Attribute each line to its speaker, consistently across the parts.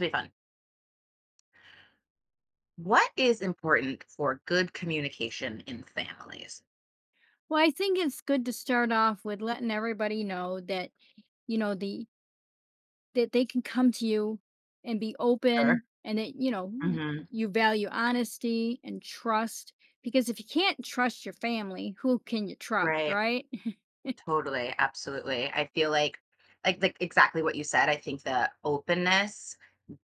Speaker 1: Be fun. What is important for good communication in families?
Speaker 2: Well, I think it's good to start off with letting everybody know that, the that they can come to you and be
Speaker 1: Sure.
Speaker 2: open and that,
Speaker 1: Hmm.
Speaker 2: you value honesty and trust because if you can't trust your family, who can you trust,
Speaker 1: Right.
Speaker 2: right?
Speaker 1: Totally. Absolutely. I feel like, like exactly what you said. I think the openness,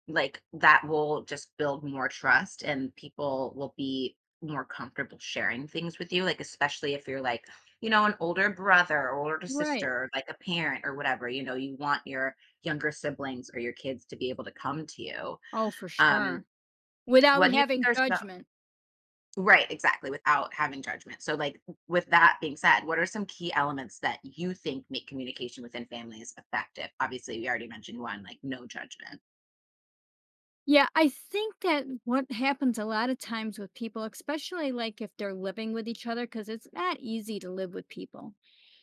Speaker 1: like that will just build more trust and people will be more comfortable sharing things with you. Like, especially if you're like, you know, an older brother or older
Speaker 2: Right.
Speaker 1: sister, like a parent or whatever, you know, you want your younger siblings or your kids to be able to come to you.
Speaker 2: Oh, for
Speaker 1: Um,
Speaker 2: sure. Without
Speaker 1: what do you think
Speaker 2: having
Speaker 1: are some
Speaker 2: judgment.
Speaker 1: right, exactly, without having judgment. So, like, with that being said, what are some key elements that you think make communication within families effective? Obviously, we already mentioned one, like no judgment.
Speaker 2: Yeah, I think that what happens a lot of times with people, especially like if they're living with each other, because it's not easy to live with people.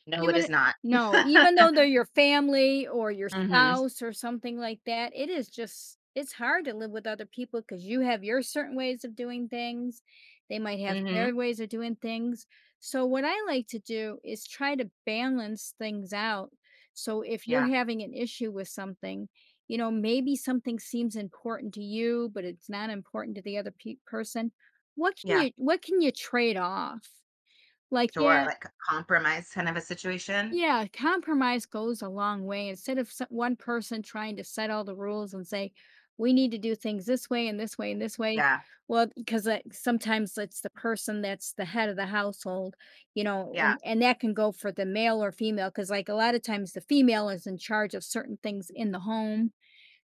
Speaker 1: No, it
Speaker 2: Even
Speaker 1: is not.
Speaker 2: no, even though they're your family or your
Speaker 1: Hmm.
Speaker 2: spouse or something like that, it is just it's hard to live with other people because you have your certain ways of doing things, they might have
Speaker 1: Hmm.
Speaker 2: their ways of doing things. So, what I like to do is try to balance things out. So, if you're
Speaker 1: Yeah.
Speaker 2: having an issue with something, you know, maybe something seems important to you, but it's not important to the other pe person.
Speaker 1: Yeah.
Speaker 2: What can you trade off? Like,
Speaker 1: Sure. Like a compromise kind of a situation.
Speaker 2: yeah, compromise goes a long way. Instead of one person trying to set all the rules and say, we need to do things this way and this way and this way.
Speaker 1: Yeah.
Speaker 2: Well, because sometimes it's the person that's the head of the household, you know,
Speaker 1: Yeah.
Speaker 2: and that can go for the male or female. Because, like, a lot of times the female is in charge of certain things in the home.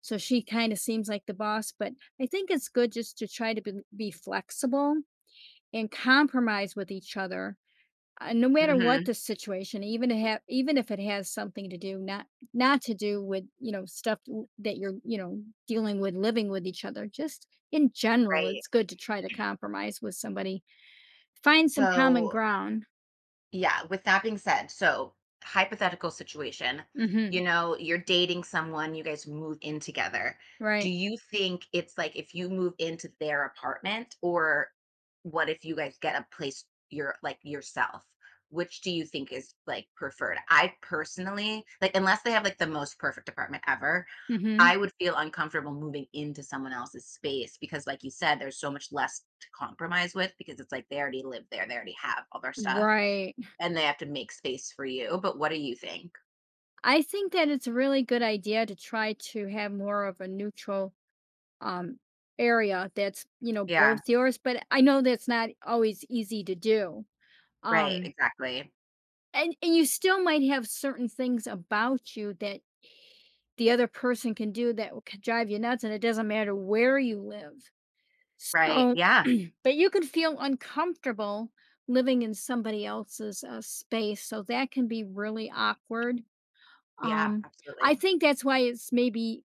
Speaker 2: So she kind of seems like the boss. But I think it's good just to try to be flexible and compromise with each other no matter what
Speaker 1: Hmm.
Speaker 2: the situation, even to have even if it has something to do not to do with, you know, stuff that you're, you know, dealing with living with each other, just in general,
Speaker 1: Right.
Speaker 2: it's good to try to compromise with somebody. Find some common
Speaker 1: So
Speaker 2: ground.
Speaker 1: yeah, with that being said, so hypothetical situation, you
Speaker 2: Mhm.
Speaker 1: know, you're dating someone, you guys move in together. Do
Speaker 2: Right.
Speaker 1: you think it's like if you move into their apartment, or what if you guys get a place your like yourself? Which do you think is like preferred? I personally, like unless they have like the most perfect apartment ever,
Speaker 2: Mhm.
Speaker 1: I would feel uncomfortable moving into someone else's space because, like you said, there's so much less to compromise with because it's like they already live there, they already have all their stuff.
Speaker 2: Right.
Speaker 1: And they have to make space for you, but what do you think?
Speaker 2: I think that it's a really good idea to try to have more of a neutral um area that's, you know,
Speaker 1: Yeah,
Speaker 2: both yours, but I know that's not always easy to do.
Speaker 1: right,
Speaker 2: Um
Speaker 1: exactly.
Speaker 2: And you still might have certain things about you that the other person can do that will c drive you nuts, and it doesn't matter where you live.
Speaker 1: Right,
Speaker 2: So
Speaker 1: yeah,
Speaker 2: but you can feel uncomfortable living in somebody else's, space, so that can be really awkward.
Speaker 1: yeah,
Speaker 2: Um, I
Speaker 1: absolutely.
Speaker 2: think that's why it's maybe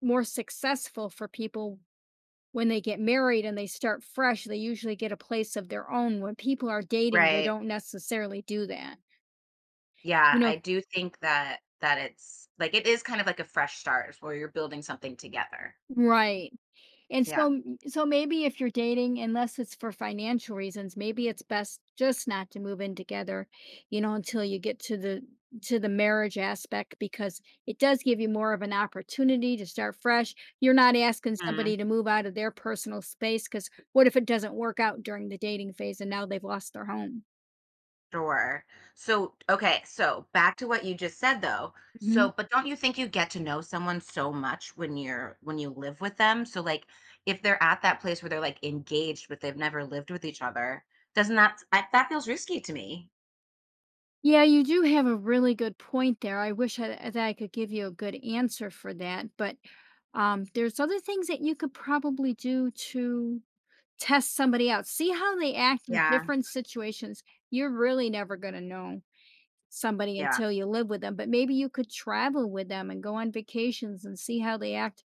Speaker 2: more successful for people when they get married and they start fresh, they usually get a place of their own. When people are dating, they
Speaker 1: Right,
Speaker 2: don't necessarily do that.
Speaker 1: yeah,
Speaker 2: You know.
Speaker 1: I do think that it's, like, it is kind of like a fresh start where you're building something together.
Speaker 2: Right. And
Speaker 1: Yeah.
Speaker 2: so maybe if you're dating, unless it's for financial reasons, maybe it's best just not to move in together, you know, until you get to the marriage aspect because it does give you more of an opportunity to start fresh. You're not asking
Speaker 1: Mhm.
Speaker 2: somebody to move out of their personal space, because what if it doesn't work out during the dating phase and now they've lost their home?
Speaker 1: Sure. So, okay, so back to what you just said though.
Speaker 2: Mhm.
Speaker 1: So, but don't you think you get to know someone so much when you live with them? So, like, if they're at that place where they're, like, engaged, but they've never lived with each other, doesn't that I that feels risky to me.
Speaker 2: Yeah, you do have a really good point there. I wish I that I could give you a good answer for that, but, there's other things that you could probably do to test somebody out, see how they act in
Speaker 1: Yeah,
Speaker 2: different situations. You're really never gonna know somebody
Speaker 1: yeah,
Speaker 2: until you live with them, but maybe you could travel with them and go on vacations and see how they act,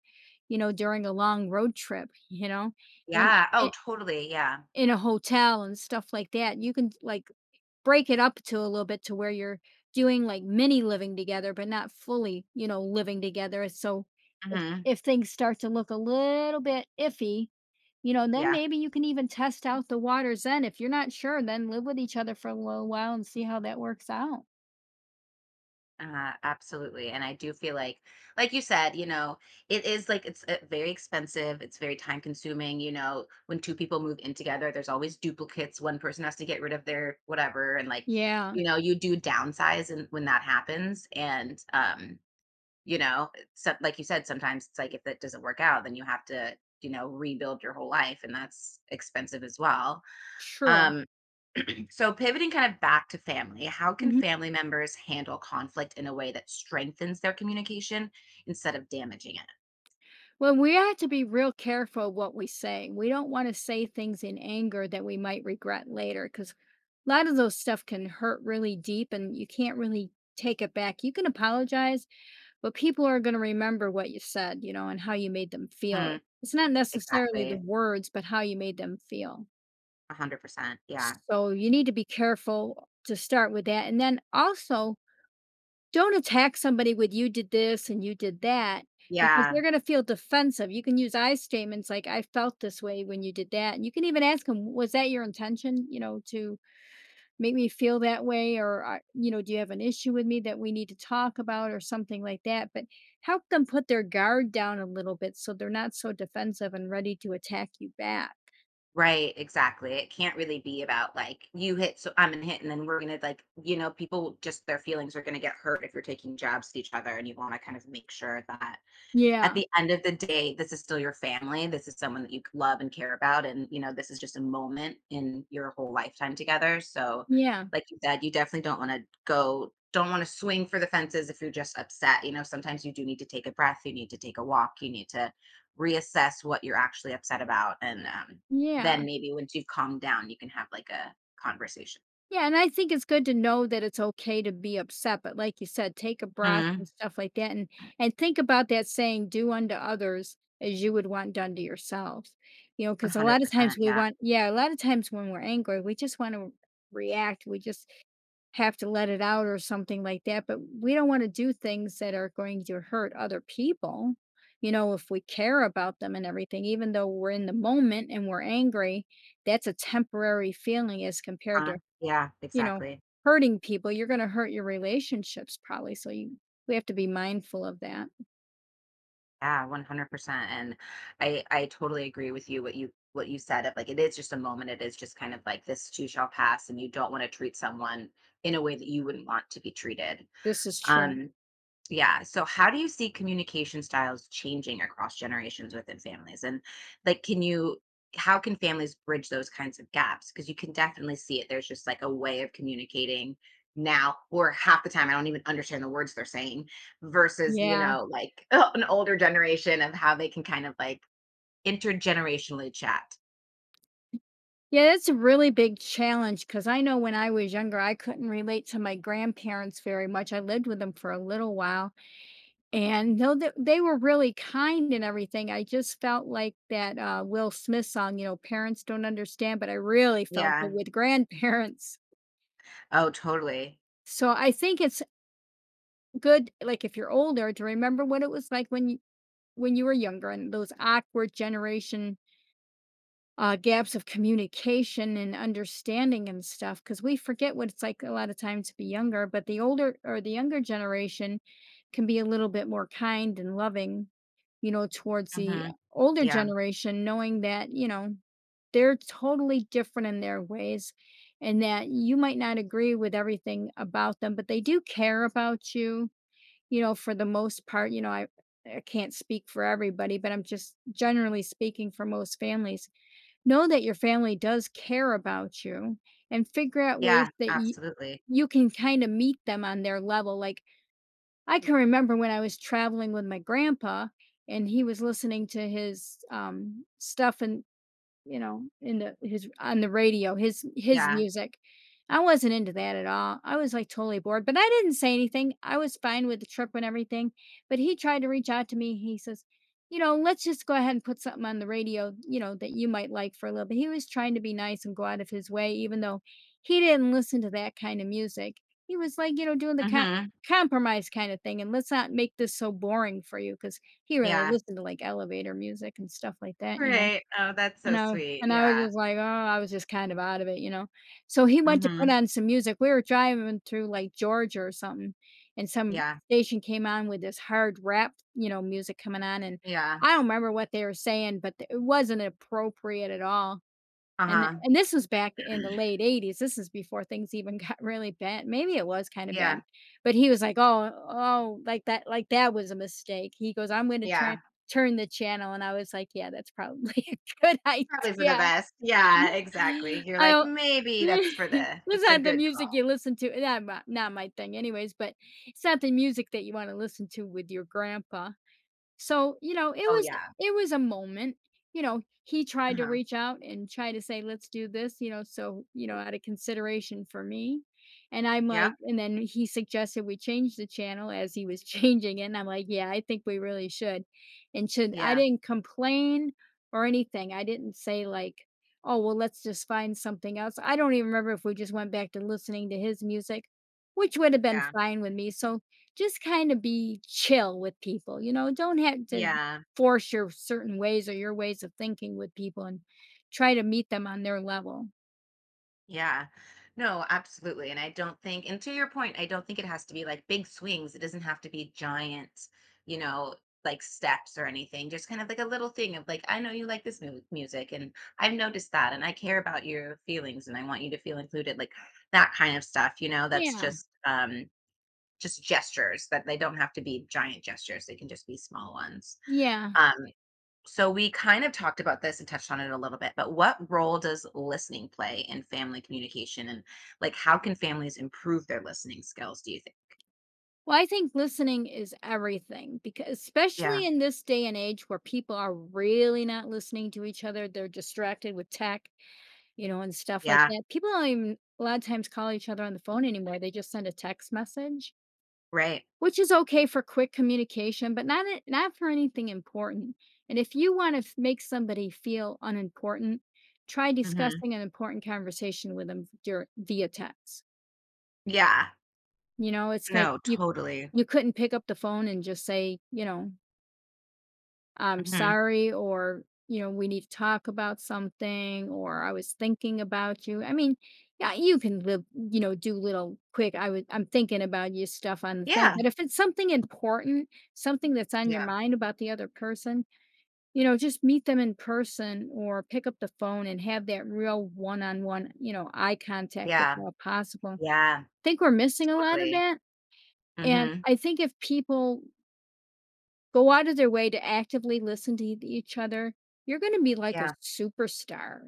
Speaker 2: you know, during a long road trip, you know, and
Speaker 1: yeah. Oh,
Speaker 2: I
Speaker 1: totally, yeah.
Speaker 2: in a hotel and stuff like that. You can, like, break it up to a little bit to where you're doing like mini living together, but not fully, you know, living together. So
Speaker 1: Mhm.
Speaker 2: if things start to look a little bit iffy, you know, then
Speaker 1: Yeah,
Speaker 2: maybe you can even test out the waters then. If you're not sure, then live with each other for a little while and see how that works out.
Speaker 1: absolutely, and I do feel like you said, you know, it is, like, it's, very expensive, it's very time consuming, you know, when 2 people move in together, there's always duplicates, one person has to get rid of their whatever, and, like,
Speaker 2: Yeah,
Speaker 1: you know, you do downsize and when that happens, and, you know, so like you said, sometimes it's like if that doesn't work out, then you have to, you know, rebuild your whole life, and that's expensive as well,
Speaker 2: true.
Speaker 1: um so, pivoting kind of back to family, how can
Speaker 2: Mhm.
Speaker 1: family members handle conflict in a way that strengthens their communication instead of damaging it?
Speaker 2: Well, we have to be real careful what we say. We don't want to say things in anger that we might regret later because a lot of those stuff can hurt really deep and you can't really take it back. You can apologize, but people are going to remember what you said, you know, and how you made them feel.
Speaker 1: Hmm.
Speaker 2: It's not necessarily the
Speaker 1: Exactly.
Speaker 2: words, but how you made them feel.
Speaker 1: 100%. Yeah.
Speaker 2: So you need to be careful to start with that. And then also don't attack somebody with "You did this and you did that," because
Speaker 1: Yeah.
Speaker 2: they're gonna feel defensive. You can use I statements like, "I felt this way when you did that," and you can even ask them, "Was that your intention, you know, to make me feel that way?" Or, you know, "Do you have an issue with me that we need to talk about?" Or something like that, but help them put their guard down a little bit so they're not so defensive and ready to attack you back.
Speaker 1: Right, exactly. It can't really be about like you hit, so I'm gonna hit, and then we're gonna like, you know, people just their feelings are gonna get hurt if you're taking jabs at each other, and you want to kind of make sure that at
Speaker 2: Yeah.
Speaker 1: the end of the day, this is still your family. This is someone that you love and care about. And, you know, this is just a moment in your whole lifetime together. So,
Speaker 2: Yeah.
Speaker 1: like you said, you definitely don't want to swing for the fences if you're just upset. You know, sometimes you do need to take a breath, you need to take a walk, you need to reassess what you're actually upset about. And then
Speaker 2: Yeah.
Speaker 1: maybe once you've calmed down, you can have like a conversation.
Speaker 2: Yeah, and I think it's good to know that it's okay to be upset, but like you said, take a breath and
Speaker 1: Mhm.
Speaker 2: stuff like that and think about that saying do unto others as you would want done to yourself. You know, cuz
Speaker 1: 100%. Yeah.
Speaker 2: a lot of times when we're angry, we just want to react, we just have to let it out or something like that, but we don't want to do things that are going to hurt other people. You know, if we care about them and everything, even though we're in the moment and we're angry, that's a temporary feeling as compared
Speaker 1: Uh,
Speaker 2: to
Speaker 1: yeah,
Speaker 2: you know,
Speaker 1: exactly.
Speaker 2: hurting people, you're gonna hurt your relationships probably, so you we have to be mindful of that.
Speaker 1: Yeah, 100%. And I totally agree with you what you said of like it is just a moment. It is just kind of like this too shall pass, and you don't want to treat someone in a way that you wouldn't want to be treated.
Speaker 2: This is true.
Speaker 1: Um yeah. So how do you see communication styles changing across generations within families? And like, how can families bridge those kinds of gaps? Because you can definitely see it. There's just like a way of communicating now, or half the time I don't even understand the words they're saying versus, you
Speaker 2: Yeah.
Speaker 1: know, like an older generation of how they can kind of like intergenerationally chat.
Speaker 2: Yeah, it's a really big challenge because I know when I was younger, I couldn't relate to my grandparents very much. I lived with them for a little while, and though th they were really kind and everything, I just felt like that, Will Smith song, you know, "Parents don't understand," but I really felt it
Speaker 1: Yeah.
Speaker 2: with grandparents.
Speaker 1: Oh, totally.
Speaker 2: So I think it's good, like, if you're older to remember what it was like when you were younger and those awkward generation gaps of communication and understanding and stuff because we forget what it's like a lot of times to be younger but the older or the younger generation can be a little bit more kind and loving you know towards the
Speaker 1: Hmm.
Speaker 2: older
Speaker 1: Yeah.
Speaker 2: generation knowing that you know they're totally different in their ways and that you might not agree with everything about them but they do care about you you know, for the most part, I can't speak for everybody, but I'm just generally speaking for most families. Know that your family does care about you and figure out
Speaker 1: Yeah.
Speaker 2: ways that
Speaker 1: Absolutely.
Speaker 2: you can kind of meet them on their level. Like I can remember when I was traveling with my grandpa and he was listening to his stuff and you know, in the his on the radio, his
Speaker 1: Yeah.
Speaker 2: music. I wasn't into that at all. I was like totally bored, but I didn't say anything. I was fine with the trip and everything. But he tried to reach out to me. He says, you know, let's just go ahead and put something on the radio, you know, that you might like for a little bit. He was trying to be nice and go out of his way, even though he didn't listen to that kind of music. He was like, you know, doing the
Speaker 1: Hmm.
Speaker 2: compromise kind of thing. And let's not make this so boring for you because he really
Speaker 1: Yeah.
Speaker 2: listened to like elevator music and stuff like that, you know.
Speaker 1: Right. Oh, that's so
Speaker 2: And I
Speaker 1: sweet.
Speaker 2: and I was
Speaker 1: Yeah.
Speaker 2: just like, "Oh," I was just kind of out of it, you know? So he went to put
Speaker 1: Mhm.
Speaker 2: on some music. We were driving through, like, Georgia or something, and some
Speaker 1: Yeah.
Speaker 2: station came on with this hard rap, you know, music coming on, and
Speaker 1: Yeah.
Speaker 2: I don't remember what they were saying, but th it wasn't appropriate at all. And
Speaker 1: Uh-huh.
Speaker 2: and this was back in the late '80s, this is before things even got really bad, maybe it was kinda bad,
Speaker 1: Yeah.
Speaker 2: but he was like, "Oh oh," like that was a mistake, he goes, "I'm gonna
Speaker 1: Yeah.
Speaker 2: turn the channel," and I was like, "Yeah, that's probably a good
Speaker 1: Probably for the
Speaker 2: idea."
Speaker 1: best. Yeah, exactly. You're
Speaker 2: I
Speaker 1: like,
Speaker 2: don't
Speaker 1: "Maybe that's for the
Speaker 2: it's
Speaker 1: that's a
Speaker 2: not the
Speaker 1: good
Speaker 2: music
Speaker 1: call."
Speaker 2: you listen to, not my thing anyways, but it's not the music that you wanna listen to with your grandpa. So, you know,
Speaker 1: Oh, yeah.
Speaker 2: it was a moment. You know, he tried to
Speaker 1: Uh-huh.
Speaker 2: reach out and try to say, "Let's do this," so, out of consideration for me. And I'm
Speaker 1: Yep.
Speaker 2: like and then he suggested we change the channel as he was changing it, and I'm like, "Yeah, I think we really should." And should I
Speaker 1: Yeah.
Speaker 2: didn't complain or anything. I didn't say like, "Oh, well, let's just find something else." I don't even remember if we just went back to listening to his music, which would have been
Speaker 1: Yeah.
Speaker 2: fine with me. So just kind of be chill with people, you know, don't have to
Speaker 1: Yeah.
Speaker 2: force your certain ways or your ways of thinking with people and try to meet them on their level.
Speaker 1: Yeah. No, absolutely. And I don't think, and to your point, I don't think it has to be like big swings. It doesn't have to be giant, you know, like steps or anything. Just kind of like a little thing of like, I know you like this music, and I've noticed that and I care about your feelings and I want you to feel included, like that kind of stuff, you know, that's
Speaker 2: Yeah.
Speaker 1: just gestures that they don't have to be giant gestures. They can just be small ones.
Speaker 2: Yeah.
Speaker 1: Um, so we kind of talked about this and touched on it a little bit, but what role does listening play in family communication, and like how can families improve their listening skills, do you think?
Speaker 2: Well, I think listening is everything because
Speaker 1: Yeah.
Speaker 2: especially in this day and age where people are really not listening to each other, they're distracted with tech, you know, and stuff like
Speaker 1: Yeah.
Speaker 2: that. People don't even a lot of times call each other on the phone anymore. They just send a text message.
Speaker 1: Right.
Speaker 2: Which is okay for quick communication, but not it not for anything important, and if you wanna make somebody feel unimportant, try
Speaker 1: Mhm.
Speaker 2: discussing an important conversation with them dur via text.
Speaker 1: Yeah.
Speaker 2: You know, it's like
Speaker 1: No,
Speaker 2: you
Speaker 1: totally.
Speaker 2: you couldn't pick up the phone and just say, you know, I'm
Speaker 1: Mhm.
Speaker 2: sorry, or, you know, we need to talk about something, or I was thinking about you. I mean, yeah, you can live, you know, do little quick, I'm thinking about you stuff on the thing.
Speaker 1: Yeah.
Speaker 2: But if it's something important, something that's on your
Speaker 1: Yeah.
Speaker 2: mind about the other person, you know, just meet them in person or pick up the phone and have that real one on one, you know, eye contact if
Speaker 1: Yeah.
Speaker 2: at all possible. I
Speaker 1: Yeah,
Speaker 2: think we're missing a lot of
Speaker 1: totally.
Speaker 2: that. And
Speaker 1: Mhm.
Speaker 2: I think if people go out of their way to actively listen to eth each other, you're gonna be like a
Speaker 1: Yeah.
Speaker 2: superstar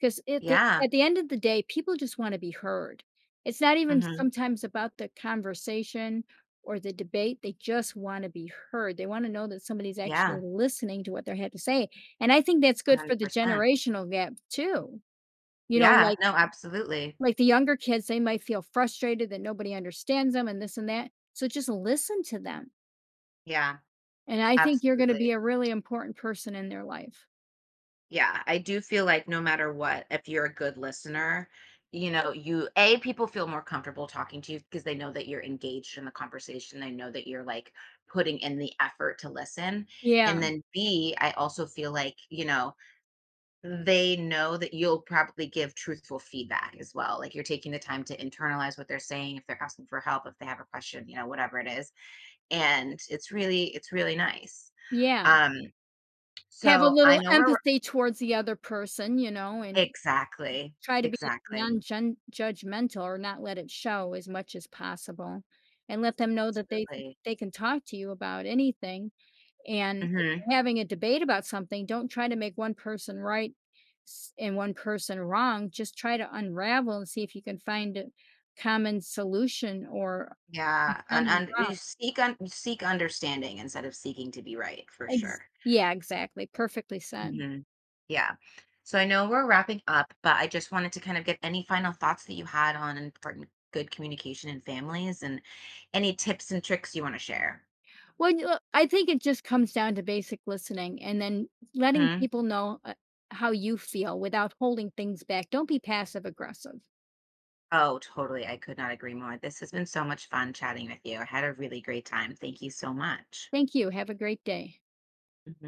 Speaker 2: because
Speaker 1: Yeah.
Speaker 2: at the end of the day, people just wanna be heard. It's not even
Speaker 1: Mhm.
Speaker 2: sometimes about the conversation or the debate, they just wanna be heard. They wanna know that somebody's actually
Speaker 1: Yeah.
Speaker 2: listening to what they had to say, and I think that's good for the
Speaker 1: 100%.
Speaker 2: generational gap too. You know,
Speaker 1: Yeah. No, absolutely.
Speaker 2: like the younger kids, they might feel frustrated that nobody understands them and this and that, so just listen to them.
Speaker 1: Yeah.
Speaker 2: And I think you're gonna be
Speaker 1: Absolutely.
Speaker 2: a really important person in their life.
Speaker 1: Yeah, I do feel like no matter what, if you're a good listener, you know, you A, people feel more comfortable talking to you because they know that you're engaged in the conversation. They know that you're like putting in the effort to listen. And
Speaker 2: Yeah,
Speaker 1: then B, I also feel like, you know, they know that you'll probably give truthful feedback as well. Like you're taking the time to internalize what they're saying, if they're asking for help, if they have a question, you know, whatever it is. And it's really nice.
Speaker 2: yeah.
Speaker 1: Um,
Speaker 2: Have a
Speaker 1: so I
Speaker 2: little
Speaker 1: know we're
Speaker 2: empathy towards the other person, you know, and
Speaker 1: exactly,
Speaker 2: try to be non
Speaker 1: exactly,
Speaker 2: judgmental or not let it show as much as possible, and let them know that they
Speaker 1: absolutely.
Speaker 2: they can talk to you about anything, and if
Speaker 1: Mhm.
Speaker 2: you're having a debate about something, don't try to make one person right s and one person wrong, just try to unravel and see if you can find a common solution or
Speaker 1: Yeah, and
Speaker 2: common ground.
Speaker 1: you seek understanding instead of seeking to be right, for
Speaker 2: Ex
Speaker 1: sure.
Speaker 2: Yeah, exactly, perfectly said.
Speaker 1: Mhm. Yeah. So I know we're wrapping up, but I just wanted to kind of get any final thoughts that you had on important good communication in families, and any tips and tricks you wanna share.
Speaker 2: Well, you know, I think it just comes down to basic listening and then letting
Speaker 1: Mhm.
Speaker 2: people know, how you feel without holding things back. Don't be passive aggressive.
Speaker 1: Oh, totally, I could not agree more. This has been so much fun chatting with you. I had a really great time. Thank you so much.
Speaker 2: Thank you, have a great day.
Speaker 1: Mhm.